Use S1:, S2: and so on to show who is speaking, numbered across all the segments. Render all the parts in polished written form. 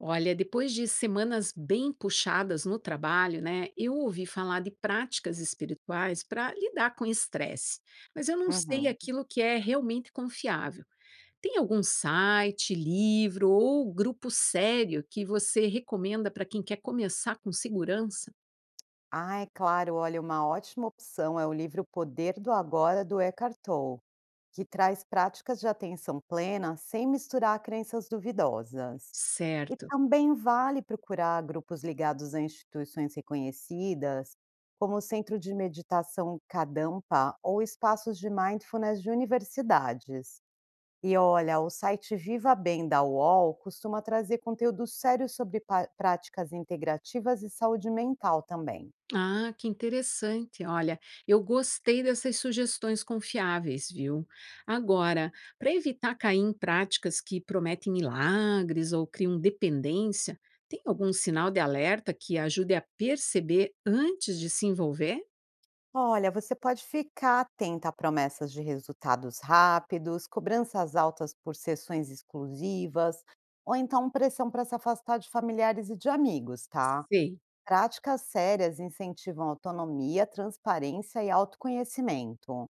S1: Olha, depois de semanas bem puxadas no trabalho, né, eu ouvi falar de práticas espirituais para lidar com estresse, mas eu não sei
S2: Uhum.
S1: aquilo que é realmente confiável. Tem algum site, livro ou grupo sério que você recomenda para quem quer começar com segurança?
S2: Ah, é claro, olha, uma ótima opção é o livro Poder do Agora, do Eckhart Tolle, que traz práticas de atenção plena sem misturar crenças duvidosas. E
S1: Certo.
S2: também vale procurar grupos ligados a instituições reconhecidas, como o Centro de Meditação Kadampa ou espaços de mindfulness de universidades. E olha, o site Viva Bem da UOL costuma trazer conteúdo sério sobre práticas integrativas e saúde mental também.
S1: Ah, que interessante. Olha, eu gostei dessas sugestões confiáveis, viu? Agora, para evitar cair em práticas que prometem milagres ou criam dependência, tem algum sinal de alerta que ajude a perceber antes de se envolver?
S2: Olha, você pode ficar atenta a promessas de resultados rápidos, cobranças altas por sessões exclusivas, ou então pressão para se afastar de familiares e de amigos, tá?
S1: Sei,
S2: Práticas sérias incentivam autonomia, transparência e autoconhecimento.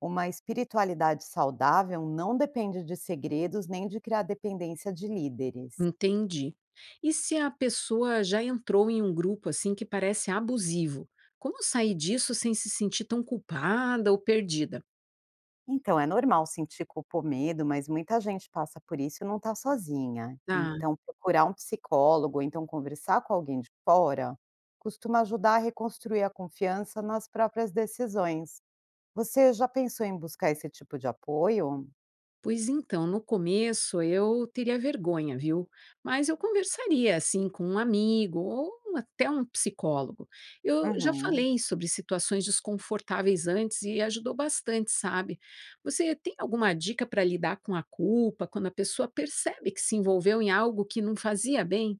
S2: Uma espiritualidade saudável não depende de segredos nem de criar dependência de líderes.
S1: entendi. E se a pessoa já entrou em um grupo assim que parece abusivo, como sair disso sem se sentir tão culpada ou perdida?
S2: Então, é normal sentir culpa ou medo, mas muita gente passa por isso e não está sozinha.
S1: Ah,
S2: Então, procurar um psicólogo, ou então conversar com alguém de fora, costuma ajudar a reconstruir a confiança nas próprias decisões. Você já pensou em buscar esse tipo de apoio?
S1: pois então, no começo eu teria vergonha, viu? Mas eu conversaria assim com um amigo ou um, até um psicólogo. Eu já
S2: Uhum.
S1: falei sobre situações desconfortáveis antes e ajudou bastante, sabe? Você tem alguma dica para lidar com a culpa quando a pessoa percebe que se envolveu em algo que não fazia bem?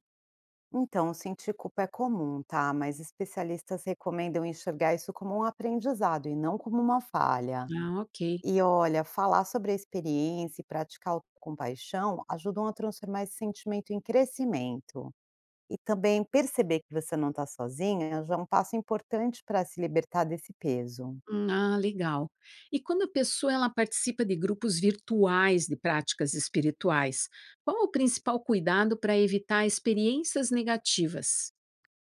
S2: Então, sentir culpa é comum, tá? Mas especialistas recomendam enxergar isso como um aprendizado e não como uma falha.
S1: Ah, ok.
S2: E olha, falar sobre a experiência e praticar a compaixão ajudam a transformar esse sentimento em crescimento. E também perceber que você não está sozinha já é um passo importante para se libertar desse peso.
S1: Ah, legal. E quando a pessoa ela participa de grupos virtuais de práticas espirituais, qual é o principal cuidado para evitar experiências negativas?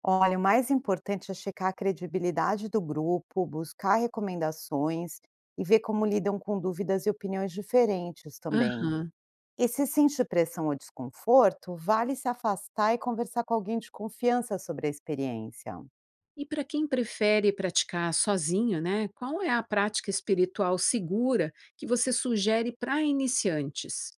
S2: Olha, o mais importante é checar a credibilidade do grupo, buscar recomendações e ver como lidam com dúvidas e opiniões diferentes também.
S1: Aham.
S2: E se sentir pressão ou desconforto, vale se afastar e conversar com alguém de confiança sobre a experiência.
S1: E para quem prefere praticar sozinho, né? Qual é a prática espiritual segura que você sugere para iniciantes?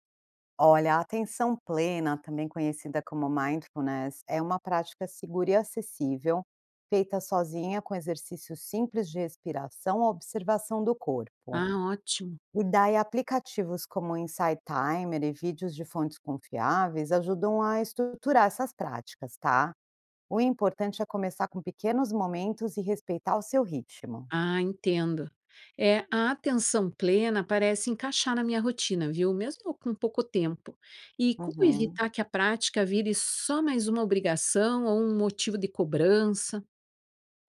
S2: Olha, a atenção plena, também conhecida como mindfulness, é uma prática segura e acessível, feita sozinha com exercícios simples de respiração ou observação do corpo.
S1: Ah, ótimo.
S2: E daí aplicativos como Insight Timer e vídeos de fontes confiáveis ajudam a estruturar essas práticas, tá? O importante é começar com pequenos momentos e respeitar o seu ritmo.
S1: Ah, entendo. É, a atenção plena parece encaixar na minha rotina, viu? Mesmo com pouco tempo. E como
S2: Uhum.
S1: evitar que a prática vire só mais uma obrigação ou um motivo de cobrança?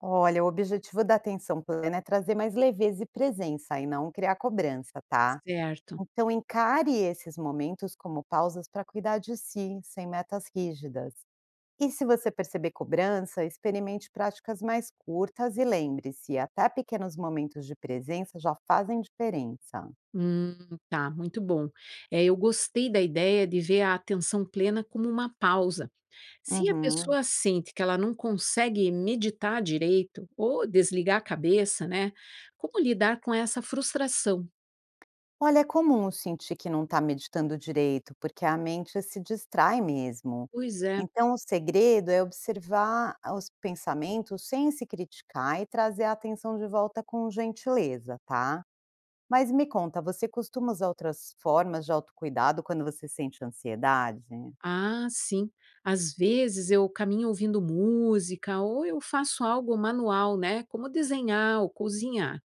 S2: Olha, o objetivo da atenção plena é trazer mais leveza e presença e não criar cobrança, tá?
S1: Certo.
S2: Então encare esses momentos como pausas para cuidar de si, sem metas rígidas. E se você perceber cobrança, experimente práticas mais curtas e lembre-se, até pequenos momentos de presença já fazem diferença.
S1: Hum, tá, muito bom. É, eu gostei da ideia de ver a atenção plena como uma pausa. Se a
S2: Uhum.
S1: pessoa sente que ela não consegue meditar direito ou desligar a cabeça, né? Como lidar com essa frustração?
S2: Olha, é comum sentir que não está meditando direito, porque a mente se distrai mesmo.
S1: Pois é.
S2: Então, o segredo é observar os pensamentos sem se criticar e trazer a atenção de volta com gentileza, tá? Mas me conta, você costuma usar outras formas de autocuidado quando você sente ansiedade?
S1: Ah, sim. Às vezes eu caminho ouvindo música ou eu faço algo manual, né? Como desenhar ou cozinhar.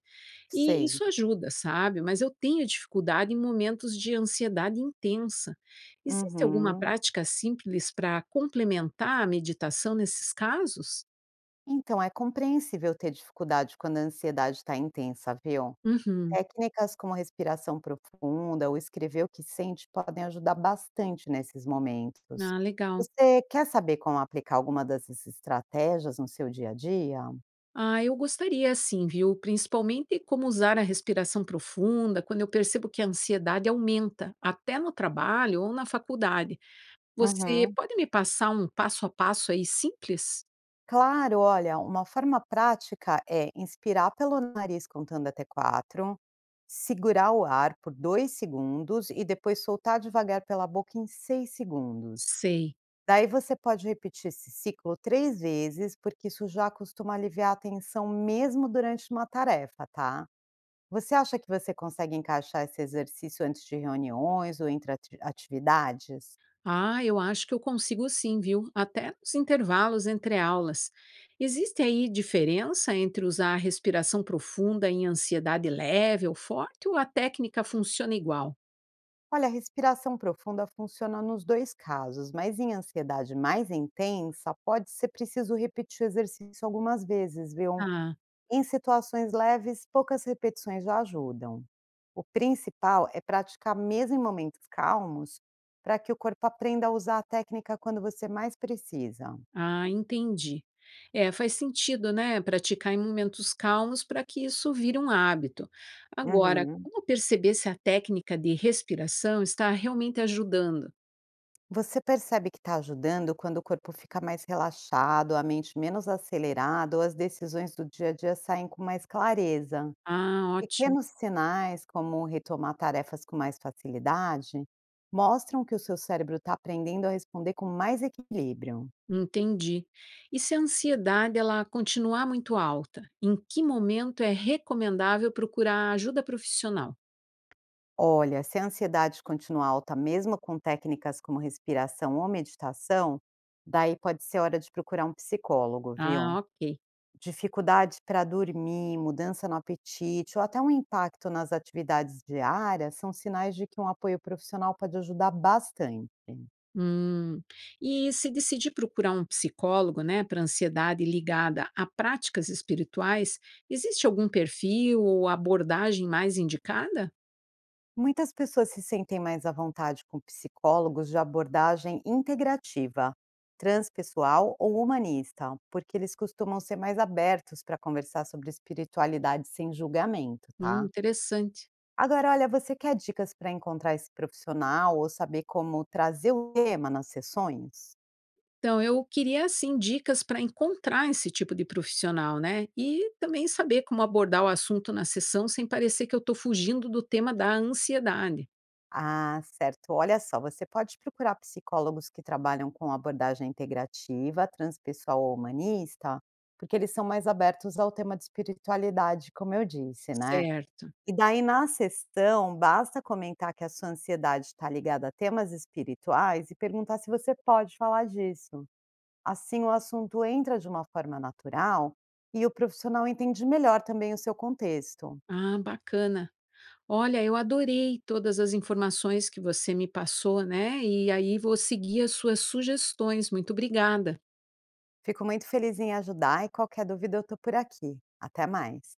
S1: E
S2: Sei.
S1: isso ajuda, sabe? Mas eu tenho dificuldade em momentos de ansiedade intensa. Existe alguma
S2: Uhum.
S1: prática simples para complementar a meditação nesses casos?
S2: Então, é compreensível ter dificuldade quando a ansiedade está intensa, viu?
S1: Uhum.
S2: Técnicas como respiração profunda ou escrever o que sente podem ajudar bastante nesses momentos.
S1: Ah, legal.
S2: Você quer saber como aplicar alguma dessas estratégias no seu dia a dia?
S1: Ah, eu gostaria sim, viu? Principalmente como usar a respiração profunda quando eu percebo que a ansiedade aumenta, até no trabalho ou na faculdade. Você
S2: Uhum.
S1: pode me passar um passo a passo aí simples?
S2: Claro, olha, uma forma prática é inspirar pelo nariz contando até quatro, segurar o ar por dois segundos e depois soltar devagar pela boca em seis segundos.
S1: Sei.
S2: Daí você pode repetir esse ciclo três vezes, porque isso já costuma aliviar a tensão mesmo durante uma tarefa, tá? Você acha que você consegue encaixar esse exercício antes de reuniões ou entre atividades?
S1: Ah, eu acho que eu consigo sim, viu? Até nos intervalos entre aulas. Existe aí diferença entre usar a respiração profunda em ansiedade leve ou forte ou a técnica funciona igual?
S2: Olha, a respiração profunda funciona nos dois casos, mas em ansiedade mais intensa, pode ser preciso repetir o exercício algumas vezes, viu?
S1: Ah,
S2: Em situações leves, poucas repetições já ajudam. O principal é praticar mesmo em momentos calmos, para que o corpo aprenda a usar a técnica quando você mais precisa.
S1: ah, entendi. É, faz sentido, né? Praticar em momentos calmos para que isso vire um hábito. Agora,
S2: Uhum.
S1: como perceber se a técnica de respiração está realmente ajudando?
S2: Você percebe que está ajudando quando o corpo fica mais relaxado, a mente menos acelerada ou as decisões do dia a dia saem com mais clareza.
S1: Ah, ótimo.
S2: Pequenos sinais, como retomar tarefas com mais facilidade, mostram que o seu cérebro está aprendendo a responder com mais equilíbrio.
S1: Entendi. E se a ansiedade ela continuar muito alta, em que momento é recomendável procurar ajuda profissional?
S2: Olha, se a ansiedade continuar alta, mesmo com técnicas como respiração ou meditação, daí pode ser hora de procurar um psicólogo, viu?
S1: Ah, ok.
S2: Dificuldade para dormir, mudança no apetite ou até um impacto nas atividades diárias são sinais de que um apoio profissional pode ajudar bastante.
S1: Hum. E se decidir procurar um psicólogo, né, para ansiedade ligada a práticas espirituais, existe algum perfil ou abordagem mais indicada?
S2: Muitas pessoas se sentem mais à vontade com psicólogos de abordagem integrativa, transpessoal ou humanista, porque eles costumam ser mais abertos para conversar sobre espiritualidade sem julgamento, tá?
S1: Interessante.
S2: Agora, olha, você quer dicas para encontrar esse profissional ou saber como trazer o tema nas sessões?
S1: Então, eu queria, assim, dicas para encontrar esse tipo de profissional, né? E também saber como abordar o assunto na sessão sem parecer que eu estou fugindo do tema da ansiedade.
S2: Ah, certo. Olha só, você pode procurar psicólogos que trabalham com abordagem integrativa, transpessoal ou humanista, porque eles são mais abertos ao tema de espiritualidade, como eu disse, né?
S1: Certo.
S2: E daí na sessão, basta comentar que a sua ansiedade está ligada a temas espirituais e perguntar se você pode falar disso. Assim, o assunto entra de uma forma natural e o profissional entende melhor também o seu contexto.
S1: Ah, bacana. Olha, eu adorei todas as informações que você me passou, né? E aí vou seguir as suas sugestões. Muito obrigada.
S2: Fico muito feliz em ajudar e qualquer dúvida eu estou por aqui. Até mais.